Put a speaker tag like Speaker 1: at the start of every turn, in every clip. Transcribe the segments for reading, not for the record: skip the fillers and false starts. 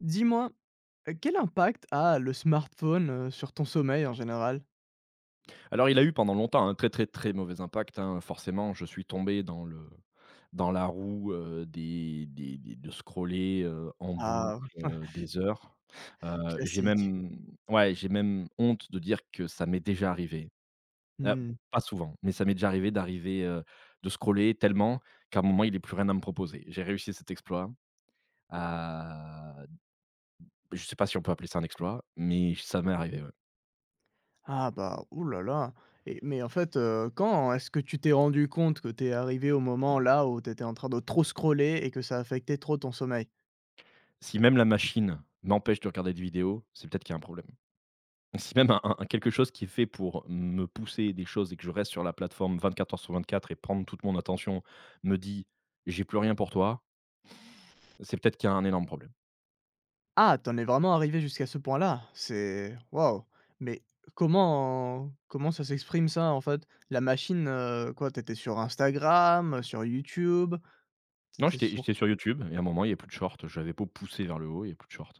Speaker 1: Dis-moi, quel impact a le smartphone, sur ton sommeil en général?
Speaker 2: Alors, il a eu pendant longtemps un très, très, très mauvais impact, hein. Forcément, je suis tombé dans la roue, des de scroller, en
Speaker 1: Ah,
Speaker 2: boucle, des heures. J'ai
Speaker 1: classique.
Speaker 2: même ouais, j'ai même honte de dire que ça m'est déjà arrivé. Heu,
Speaker 1: Mmh.
Speaker 2: Pas souvent, mais ça m'est déjà arrivé d'arriver, de scroller tellement qu'à un moment, il n'est plus rien à me proposer. J'ai réussi cet exploit, heu, je sais pas si on peut appeler ça un exploit, mais ça m'est arrivé, ouais.
Speaker 1: Ah bah, oulala. Mais en fait, quand est-ce que tu t'es rendu compte que t'es arrivé au moment là où t'étais en train de trop scroller et que ça affectait trop ton sommeil?
Speaker 2: Si même la machine m'empêche de regarder des vidéos, c'est peut-être qu'il y a un problème. Si même un quelque chose qui est fait pour me pousser des choses et que je reste sur la plateforme 24 heures sur 24 et prendre toute mon attention, me dit: «J'ai plus rien pour toi», c'est peut-être qu'il y a un énorme problème.
Speaker 1: Ah, t'en es vraiment arrivé jusqu'à ce point-là? C'est waouh! Mais comment ça s'exprime ça en fait? La machine, quoi, t'étais sur Instagram, sur YouTube? Tu
Speaker 2: Non, j'étais
Speaker 1: sur
Speaker 2: j'étais sur YouTube et à un moment, il y a plus de shorts, j'avais beau pousser vers le haut, il y a plus de shorts.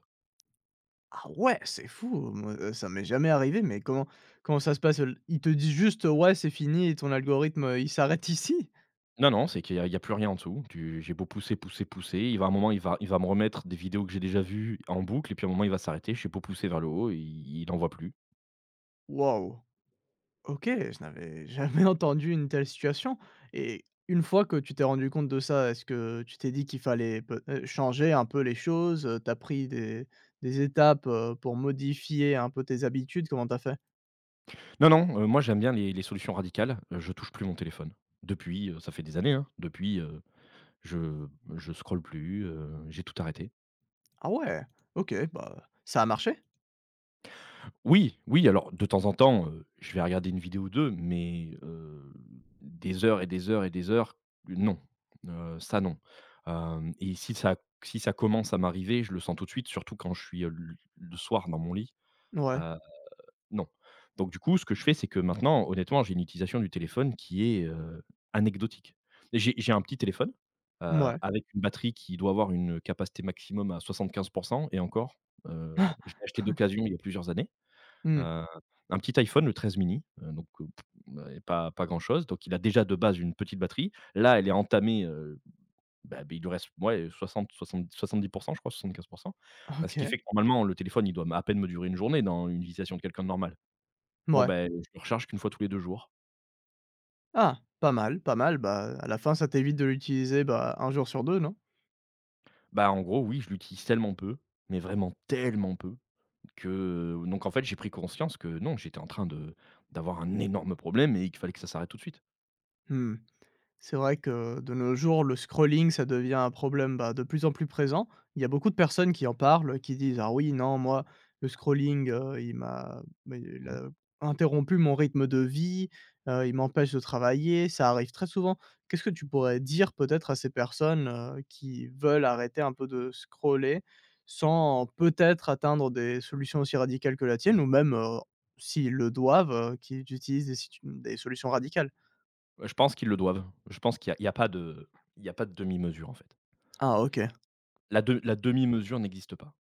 Speaker 1: Ah ouais, c'est fou, hein, moi, ça m'est jamais arrivé, mais comment ça se passe? L ils te dit juste: «Ouais, c'est fini, ton algorithme, il s'arrête ici»?
Speaker 2: Non, non, c'est qu'il y a plus rien en dessous. Tu J'ai beau pousser, pousser, pousser, il va à un moment, il va me remettre des vidéos que j'ai déjà vues en boucle et puis à un moment, il va s'arrêter. J'ai beau pousser vers le haut, il en voit plus.
Speaker 1: Waouh! OK, je n'avais jamais entendu une telle situation et une fois que tu t'es rendu compte de ça, est-ce que tu t'es dit qu'il fallait peut changer un peu les choses, tu pris des étapes, pour modifier un peu tes habitudes? Comment t'as fait?
Speaker 2: Non, non, moi, j'aime bien les solutions radicales, je touche plus mon téléphone. Depuis, ça fait des années, hein, depuis, Je je scrolle plus, j'ai tout arrêté.
Speaker 1: Ah ouais, OK, bah, ça a marché?
Speaker 2: Oui, oui, alors de temps en temps, je vais regarder une vidéo ou 2 mais des heures et des heures et des heures, non, ça non. Hem et si ça si ça commence à m'arriver, je le sens tout de suite, surtout quand je suis, le soir dans mon lit.
Speaker 1: Ouais.
Speaker 2: heu Non. Donc du coup, ce que je fais, c'est que maintenant, honnêtement, j'ai une utilisation du téléphone qui est, anecdotique. Et j'ai un petit téléphone,
Speaker 1: Ouais.
Speaker 2: avec une batterie qui doit avoir une capacité maximum à 75% et encore, je l'ai acheté d'occasion il y a plusieurs années.
Speaker 1: Mmh.
Speaker 2: Heu, un petit iPhone, le 13 mini, donc ouais, pas grand-chose. Donc il a déjà de base une petite batterie. Là, elle est entamée, il lui reste, ouais, soixante, soixante, 70%, je crois, 75. Ce qui
Speaker 1: OK.
Speaker 2: fait que normalement, le téléphone, il doit à peine me durer une journée dans une utilisation de quelqu'un de normal. Bon,
Speaker 1: Ouais.
Speaker 2: ben, je le recharge qu'une fois tous les deux jours.
Speaker 1: Ah! Pas mal, pas mal, bah, à la fin, ça t'évite de l'utiliser, bah, un jour sur 2, non?
Speaker 2: Bah, en gros, oui, je l'utilise tellement peu, mais vraiment tellement peu que, donc en fait, j'ai pris conscience que non, j'étais en train de d'avoir un énorme problème et qu'il fallait que ça s'arrête tout de suite.
Speaker 1: Mmh. C'est vrai que de nos jours, le scrolling, ça devient un problème, bah, de plus en plus présent. Il y a beaucoup de personnes qui en parlent, qui disent: «Ah oui, non, moi, le scrolling, il m'a mais il
Speaker 2: Mmh.
Speaker 1: a interrompu mon rythme de vie, il m'empêche de travailler», ça arrive très souvent. Qu'est-ce que tu pourrais dire peut-être à ces personnes, qui veulent arrêter un peu de scroller sans peut-être atteindre des solutions aussi radicales que la tienne ou même, s'ils le doivent, qu'ils utilisent des situ des solutions radicales?
Speaker 2: Bah, je pense qu'ils le doivent. Je pense qu'il y a il y a pas de il y a pas de demi-mesure, en fait.
Speaker 1: Ah OK.
Speaker 2: La demi-mesure n'existe pas,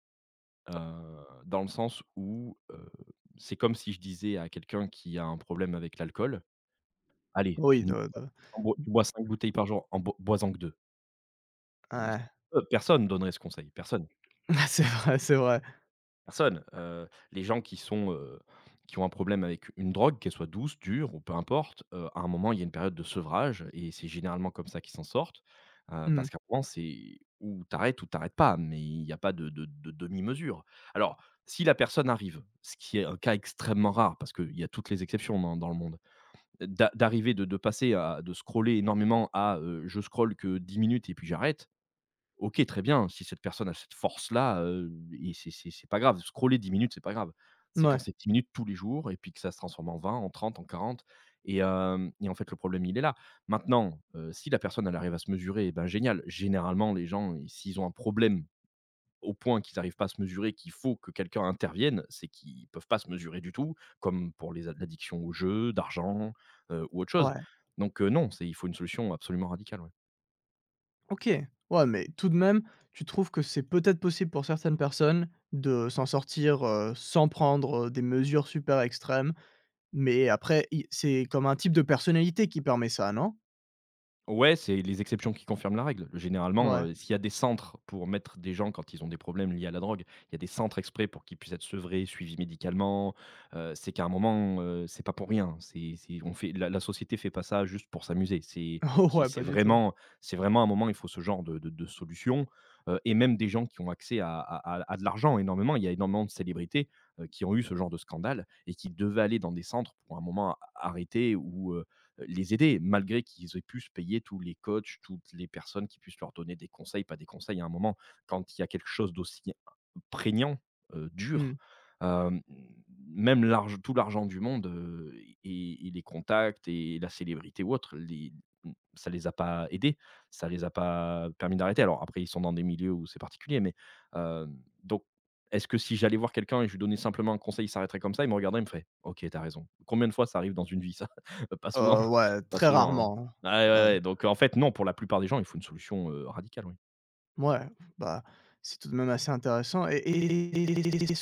Speaker 2: dans le sens où, c'est comme si je disais à quelqu'un qui a un problème avec l'alcool: «Allez,
Speaker 1: Oui,
Speaker 2: n
Speaker 1: de
Speaker 2: en bois tu bois 5 bouteilles par jour, en bo bois-en que 2.
Speaker 1: Ouais.
Speaker 2: Personne donnerait ce conseil, personne.
Speaker 1: C'est vrai, c'est vrai.
Speaker 2: Personne, les gens qui sont, qui ont un problème avec une drogue, qu'elle soit douce, dure ou peu importe, à un moment, il y a une période de sevrage et c'est généralement comme ça qu'ils s'en sortent,
Speaker 1: Mmh.
Speaker 2: parce qu'à un moment, c'est ou t'arrêtes pas, mais il n'y a pas de demi-mesure. Alors, si la personne arrive, ce qui est un cas extrêmement rare parce qu'il y a toutes les exceptions dans le monde, d'arriver de passer à de scroller énormément à, je scrolle que 10 minutes et puis j'arrête, OK, très bien, si cette personne a cette force-là, et c'est pas grave. Scroller 10 minutes, c'est pas grave. C'est quand
Speaker 1: Mouais.
Speaker 2: c'est 10 minutes tous les jours et puis que ça se transforme en 20, en 30, en 40 et hem et en fait, le problème, il est là. Maintenant, si la personne, elle arrive à se mesurer, eh ben, génial. Généralement, les gens, ils s'ils ont un problème au point qu'ils n'arrivent pas à se mesurer, qu'il faut que quelqu'un intervienne, c'est qu'ils peuvent pas se mesurer du tout, comme pour les a l'addiction aux jeux, d'argent, ou autre chose.
Speaker 1: Ouais.
Speaker 2: Donc non, c'est il faut une solution absolument radicale, ouais.
Speaker 1: OK. Ouais, mais tout de même, tu trouves que c'est peut-être possible pour certaines personnes de s'en sortir, sans prendre, des mesures super extrêmes, mais après i c'est comme un type de personnalité qui permet ça, non?
Speaker 2: Ouais, c'est les exceptions qui confirment la règle. Généralement,
Speaker 1: Ouais.
Speaker 2: s'il y a des centres pour mettre des gens quand ils ont des problèmes liés à la drogue, il y a des centres exprès pour qu'ils puissent être sevrés, suivis médicalement, c'est qu'à un moment, c'est pas pour rien. C'est on fait la la société fait pas ça juste pour s'amuser.
Speaker 1: Oh ouais, pas du tout.
Speaker 2: C'est vraiment à un moment, il faut ce genre de solution, et même des gens qui ont accès à de l'argent énormément. Il y a énormément de célébrités, qui ont eu ce genre de scandale et qui devaient aller dans des centres pour un moment arrêter ou, les aider, malgré qu'ils aient pu se payer tous les coachs, toutes les personnes qui puissent leur donner des conseils, pas des conseils à un moment, quand il y a quelque chose d'aussi prégnant, dur.
Speaker 1: Mmh.
Speaker 2: Hem, Même l'arge tout l'argent du monde, et les contacts et la célébrité ou autre, ça les a pas aidés, ça les a pas permis d'arrêter. Alors après, ils sont dans des milieux où c'est particulier, mais hem, donc est-ce que si j'allais voir quelqu'un et je lui donnais simplement un conseil, il s'arrêterait comme ça? Il me regarderait, il me ferait: «OK, t'as raison». Combien de fois ça arrive dans une vie ça? Pas souvent,
Speaker 1: Ouais,
Speaker 2: pas
Speaker 1: très
Speaker 2: souvent, hein.
Speaker 1: rarement,
Speaker 2: Ouais, ouais,
Speaker 1: hein. Ouais.
Speaker 2: ouais, donc en fait, non, pour la plupart des gens, il faut une solution, radicale, oui.
Speaker 1: Bah, c'est tout de même assez intéressant et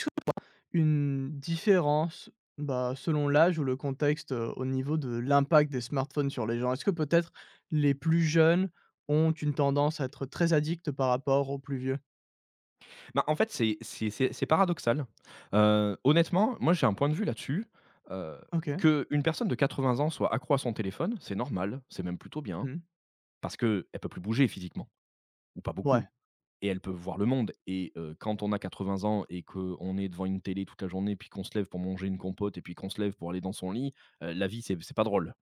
Speaker 1: une différence, bah, selon l'âge ou le contexte, au niveau de l'impact des smartphones sur les gens. Est-ce que peut-être les plus jeunes ont une tendance à être très addicts par rapport aux plus vieux?
Speaker 2: Bah, en fait, c'est paradoxal. Honnêtement, moi, j'ai un point de vue là-dessus. Euh,
Speaker 1: OK.
Speaker 2: que une personne de 80 ans soit accro à son téléphone, c'est normal, c'est même plutôt bien,
Speaker 1: Mmh.
Speaker 2: parce qu'elle peut plus bouger physiquement ou pas
Speaker 1: Ouais.
Speaker 2: beaucoup et elle peut voir le monde et quand on a 80 ans et qu'on est devant une télé toute la journée, puis qu'on se lève pour manger une compote et puis qu'on se lève pour aller dans son lit, la vie, c'est pas drôle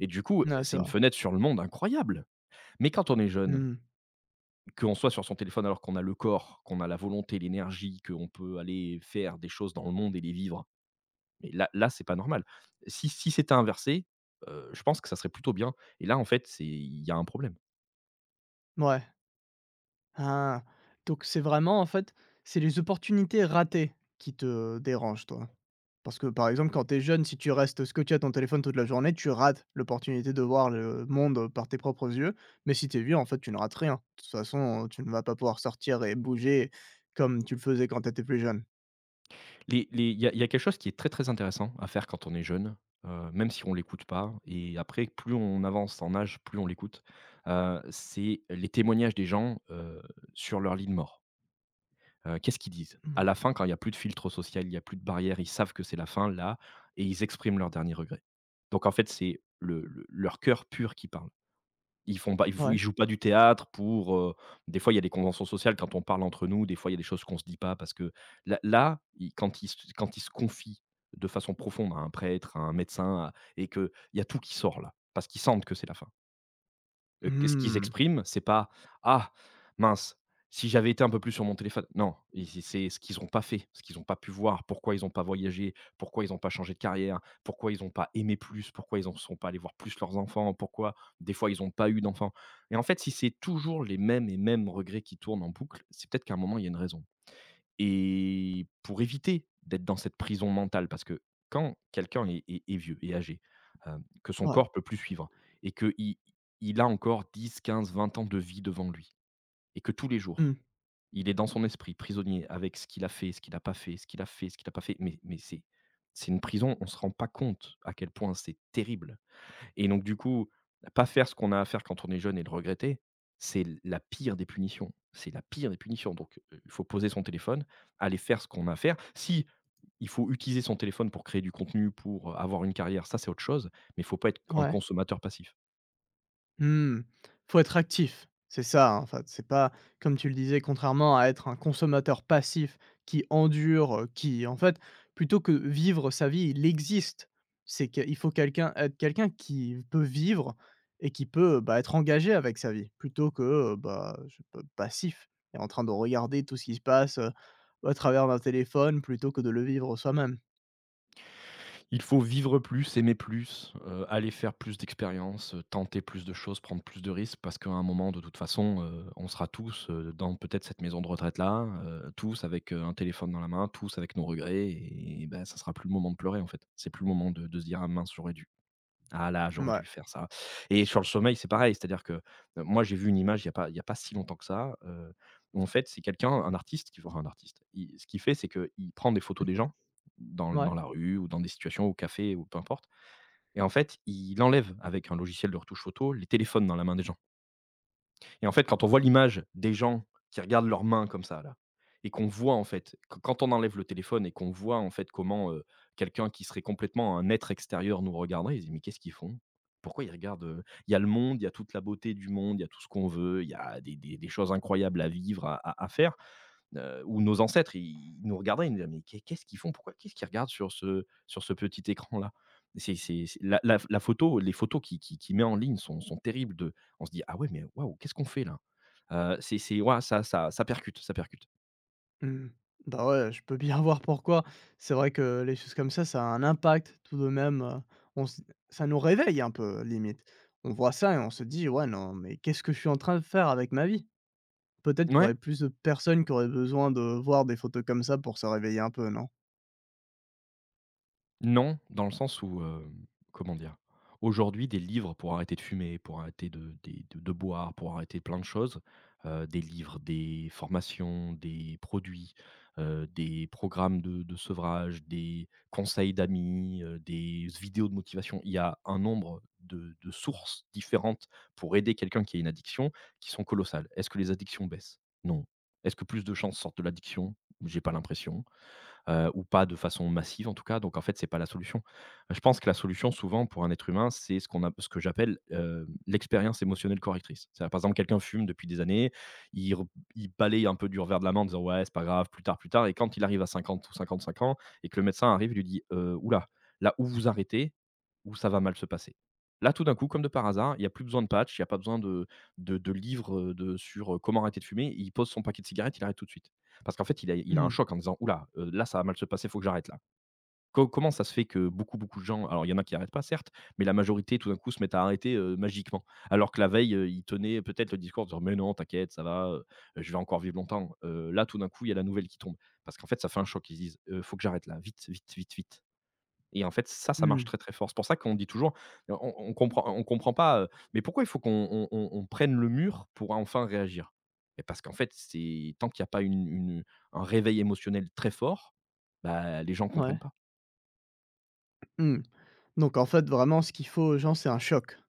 Speaker 2: et du coup,
Speaker 1: Ouais, c'est
Speaker 2: c'est une
Speaker 1: vrai.
Speaker 2: fenêtre sur le monde incroyable, mais quand on est jeune,
Speaker 1: Mmh.
Speaker 2: qu'on soit sur son téléphone alors qu'on a le corps, qu'on a la volonté, l'énergie, qu'on peut aller faire des choses dans le monde et les vivre. Mais là, c'est pas normal. Si c'était inversé, je pense que ça serait plutôt bien et là, en fait, c'est il y a un problème.
Speaker 1: Ouais. Ah, donc c'est vraiment en fait, c'est les opportunités ratées qui te dérangent toi? Parce que par exemple quand t'es jeune, si tu restes scotché à ton téléphone toute la journée, tu rates l'opportunité de voir le monde par tes propres yeux, mais si t'es vieux, en fait, tu ne rates rien. De toute façon, tu ne vas pas pouvoir sortir et bouger comme tu le faisais quand t'étais plus jeune.
Speaker 2: Les il y a quelque chose qui est très, très intéressant à faire quand on est jeune, même si on l'écoute pas et après plus on avance en âge, plus on l'écoute, c'est les témoignages des gens, sur leur lit de mort. Qu'est-ce qu'ils disent?
Speaker 1: Mmh.
Speaker 2: À la fin, quand il y a plus de filtre social, il y a plus de barrière, ils savent que c'est la fin, là, et ils expriment leur dernier regret. Donc en fait, c'est le leur cœur pur qui parle. Ils font pas ils fou
Speaker 1: Ouais.
Speaker 2: Ils jouent pas du théâtre pour, des fois, il y a des conventions sociales quand on parle entre nous, des fois, il y a des choses qu'on se dit pas parce que là, ils quand ils se confient de façon profonde à un prêtre, à un médecin, à et que il y a tout qui sort là, parce qu'ils sentent que c'est la fin. Qu'est-ce qu'ils
Speaker 1: Mmh.
Speaker 2: expriment? C'est pas: «Ah mince, si j'avais été un peu plus sur mon téléphone». Non, i c'est ce qu'ils n'ont pas fait, ce qu'ils n'ont pas pu voir, pourquoi ils n'ont pas voyagé, pourquoi ils n'ont pas changé de carrière, pourquoi ils n'ont pas aimé plus, pourquoi ils en sont pas allés voir plus leurs enfants, pourquoi des fois ils n'ont pas eu d'enfants et en fait, si c'est toujours les mêmes et mêmes regrets qui tournent en boucle, c'est peut-être qu'à un moment, il y a une raison. Et pour éviter d'être dans cette prison mentale, parce que quand quelqu'un est vieux, est âgé, heu, que son
Speaker 1: Ouais.
Speaker 2: corps peut plus suivre et qu'il il a encore 10, 15, 20 ans de vie devant lui et que tous les
Speaker 1: Mmh.
Speaker 2: jours, il est dans son esprit prisonnier avec ce qu'il a fait, ce qu'il n'a pas fait, ce qu'il a fait, ce qu'il n'a pas fait, mais c'est une prison, on ne se rend pas compte à quel point c'est terrible. Et donc du coup, pas faire ce qu'on a à faire quand on est jeune et le regretter, c'est l la pire des punitions. C'est la pire des punitions. Donc, il faut poser son téléphone, aller faire ce qu'on a à faire. Si il faut utiliser son téléphone pour créer du contenu, pour, avoir une carrière, ça c'est autre chose, mais il faut pas être un
Speaker 1: Ouais.
Speaker 2: consommateur passif.
Speaker 1: Mmh. Faut être actif, c'est ça, hein, en fait. C'est pas, comme tu le disais, contrairement à être un consommateur passif qui endure, qui en fait, plutôt que vivre sa vie, il existe. C'est qu'il faut quelqu'un être quelqu'un qui peut vivre et qui peut, bah, être engagé avec sa vie plutôt que, bah, je sais pas, passif et en train de regarder tout ce qui se passe, au travers d'un téléphone plutôt que de le vivre soi-même.
Speaker 2: Il faut vivre plus, aimer plus, aller faire plus d'expériences, tenter plus de choses, prendre plus de risques parce qu'à un moment, de toute façon, on sera tous, dans peut-être cette maison de retraite-là, tous avec, un téléphone dans la main, tous avec nos regrets et ben ça sera plus le moment de pleurer, en fait. C'est plus le moment de se dire: «Ah mince, j'aurais dû». Ah là, j'aurais
Speaker 1: Ouais.
Speaker 2: dû faire ça et sur le sommeil, c'est pareil. C'est-à-dire que, moi, j'ai vu une image il y a pas si longtemps que ça, où en fait, c'est quelqu'un, un artiste qui enfin un artiste, il ce qu'il fait, c'est qu'il prend des photos des gens dans
Speaker 1: Mouais.
Speaker 2: dans la rue ou dans des situations au café ou peu importe et en fait, il enlève avec un logiciel de retouche photo les téléphones dans la main des gens. Et en fait, quand on voit l'image des gens qui regardent leurs mains comme ça là et qu'on voit en fait, q quand on enlève le téléphone et qu'on voit en fait comment, quelqu'un qui serait complètement un être extérieur nous regarderait, ils se disent: «Mais qu'est-ce qu'ils font? Pourquoi ils regardent?» Il y a le monde, il y a toute la beauté du monde, il y a tout ce qu'on veut, il y a des choses incroyables à vivre, à faire, où nos ancêtres, ils nous regardaient, ils nous disaient: «Mais qu'est-ce qu'ils font? Pourquoi qu'est-ce qu'ils regardent sur ce petit écran-là ?» C'est la la la photo les photos qu'il met en ligne sont terribles de On se dit: «Ah ouais, mais waouh, qu'est-ce qu'on fait là ?» C'est ouah, ça percute, ça percute.
Speaker 1: Mmh. Bah, ouais, je peux bien voir pourquoi. C'est vrai que les choses comme ça a un impact tout de même, on s ça nous réveille un peu limite. On voit ça et on se dit: «Ouais, non, mais qu'est-ce que je suis en train de faire avec ma vie?» Peut-être qu'il y
Speaker 2: Ouais.
Speaker 1: aurait plus de personnes qui auraient besoin de voir des photos comme ça pour se réveiller un peu, non?
Speaker 2: Non, dans le sens où, comment dire? Aujourd'hui, des livres pour arrêter de fumer, pour arrêter de des de boire, pour arrêter plein de choses, des livres, des formations, des produits, des programmes de sevrage, des conseils d'amis, des vidéos de motivation. Il y a un nombre de sources différentes pour aider quelqu'un qui a une addiction, qui sont colossales. Est-ce que les addictions baissent? Non. Est-ce que plus de gens sortent de l'addiction? J'ai pas l'impression, ou pas de façon massive en tout cas, donc en fait, c'est pas la solution. Je pense que la solution souvent pour un être humain, c'est ce qu'on a ce que j'appelle, l'expérience émotionnelle correctrice. C'est-à-dire par exemple, quelqu'un fume depuis des années, il re il balaye un peu du revers de la main en disant: «Ouais, c'est pas grave, plus tard» et quand il arrive à 50 ou 55 ans et que le médecin arrive, il lui dit: «Ouh là, où vous arrêtez où ça va mal se passer». Là, tout d'un coup, comme de par hasard, il y a plus besoin de patch, il y a pas besoin de livres, de sur, comment arrêter de fumer, il pose son paquet de cigarettes, il arrête tout de suite. Parce qu'en fait, il a un
Speaker 1: Mmh.
Speaker 2: choc en disant: «Oula, là, là, ça va mal se passer, faut que j'arrête là». Co comment ça se fait que beaucoup, beaucoup de gens alors il y en a qui n'arrêtent pas certes, mais la majorité tout d'un coup se mettent à arrêter, magiquement? Alors que la veille, ils tenaient peut-être le discours en disant: «Mais non, t'inquiète, ça va, je vais encore vivre longtemps». Là, tout d'un coup, il y a la nouvelle qui tombe. Parce qu'en fait, ça fait un choc. Ils se disent: «Faut que j'arrête là, vite, vite, vite, vite». Et en fait, ça marche
Speaker 1: Mmh.
Speaker 2: très, très fort. C'est pour ça qu'on dit toujours, on comprend pas, mais pourquoi il faut qu'on on prenne le mur pour enfin réagir? Et parce qu'en fait, c'est tant qu'il n'y a pas un réveil émotionnel très fort, bah les gens comprennent
Speaker 1: Ouais.
Speaker 2: pas.
Speaker 1: Mmh. Donc en fait, vraiment, ce qu'il faut aux gens, c'est un choc.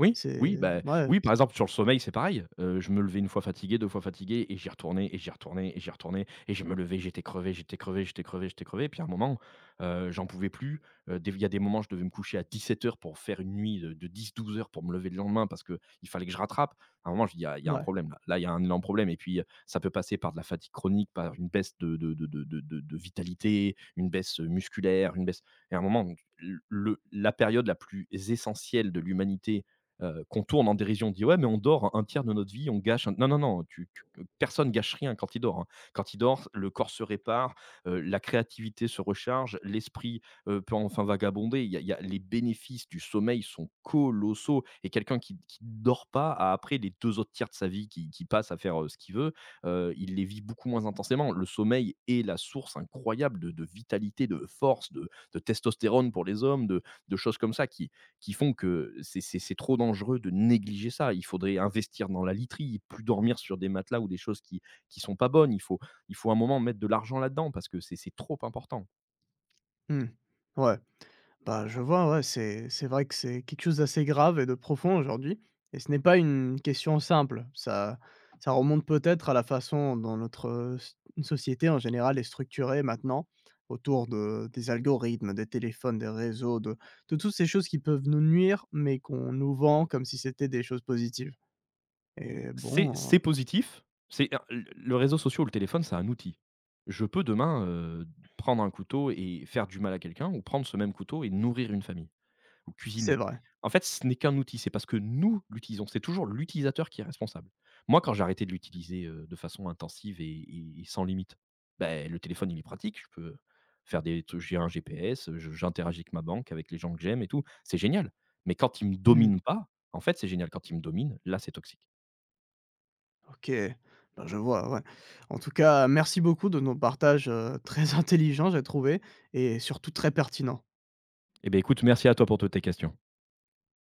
Speaker 2: Oui,
Speaker 1: C'est
Speaker 2: oui, bah,
Speaker 1: ouais,
Speaker 2: oui,
Speaker 1: c
Speaker 2: par exemple, sur le sommeil, c'est pareil. Je me levais une fois fatigué, 2 fois fatigué et j'y retournais et j'y retournais et j'y retournais et je me levais, j'étais crevé, j'étais crevé, j'étais crevé, j'étais crevé et puis à un moment, j'en pouvais plus. Des il y a des moments, je devais me coucher à 17 heures pour faire une nuit de 10-12 heures pour me lever le lendemain parce que il fallait que je rattrape. À un moment, je dis: «Il y a un
Speaker 1: Ouais.
Speaker 2: problème là. Là, il y a un énorme problème» et puis, ça peut passer par de la fatigue chronique, par une baisse de vitalité, une baisse, musculaire, une baisse et à un moment, le la période la plus essentielle de l'humanité, qu'on tourne en dérision, on dit: «Ouais, mais on dort un tiers de notre vie, on gâche un» non, non, non, tu tu personne gâche rien quand il dort, hein. Quand il dort, le corps se répare, la créativité se recharge, l'esprit, peut enfin vagabonder. Il y a les bénéfices du sommeil sont colossaux et quelqu'un qui dort pas a après les 2 autres tiers de sa vie qui passe à faire, ce qu'il veut, il les vit beaucoup moins intensément. Le sommeil est la source incroyable de vitalité, de force, de testostérone pour les hommes, de choses comme ça qui font que c'est trop dangereux de négliger ça. Il faudrait investir dans la literie, plus dormir sur des matelas ou des choses qui sont pas bonnes. Il faut un moment mettre de l'argent là-dedans parce que c'est trop important.
Speaker 1: Mmh. Ouais. Bah, je vois, ouais, c'est vrai que c'est quelque chose d'assez grave et de profond aujourd'hui et ce n'est pas une question simple. Ça remonte peut-être à la façon dont notre, s société en général est structurée maintenant autour de des algorithmes, des téléphones, des réseaux, de toutes ces choses qui peuvent nous nuire, mais qu'on nous vend comme si c'était des choses positives et
Speaker 2: C'est
Speaker 1: bon,
Speaker 2: c'est positif, c'est le réseau social ou le téléphone, c'est un outil. Je peux demain, prendre un couteau et faire du mal à quelqu'un ou prendre ce même couteau et nourrir une famille. Ou
Speaker 1: c'est
Speaker 2: cuisiner.
Speaker 1: vrai.
Speaker 2: En fait, ce n'est qu'un outil, c'est parce que nous l'utilisons, c'est toujours l'utilisateur qui est responsable. Moi, quand j'ai arrêté de l'utiliser, de façon intensive et et sans limite, ben le téléphone, il est pratique, je peux faire des trucs j'ai un GPS, je j'interagis avec ma banque, avec les gens que j'aime et tout, c'est génial. Mais quand il me
Speaker 1: Mmh.
Speaker 2: domine pas, en fait, c'est génial. Quand il me domine, là, c'est toxique.
Speaker 1: OK, bah, je vois, ouais. En tout cas, merci beaucoup de nos partages, très intelligents, j'ai trouvé et surtout très pertinents.
Speaker 2: Eh bien, écoute, merci à toi pour toutes tes questions.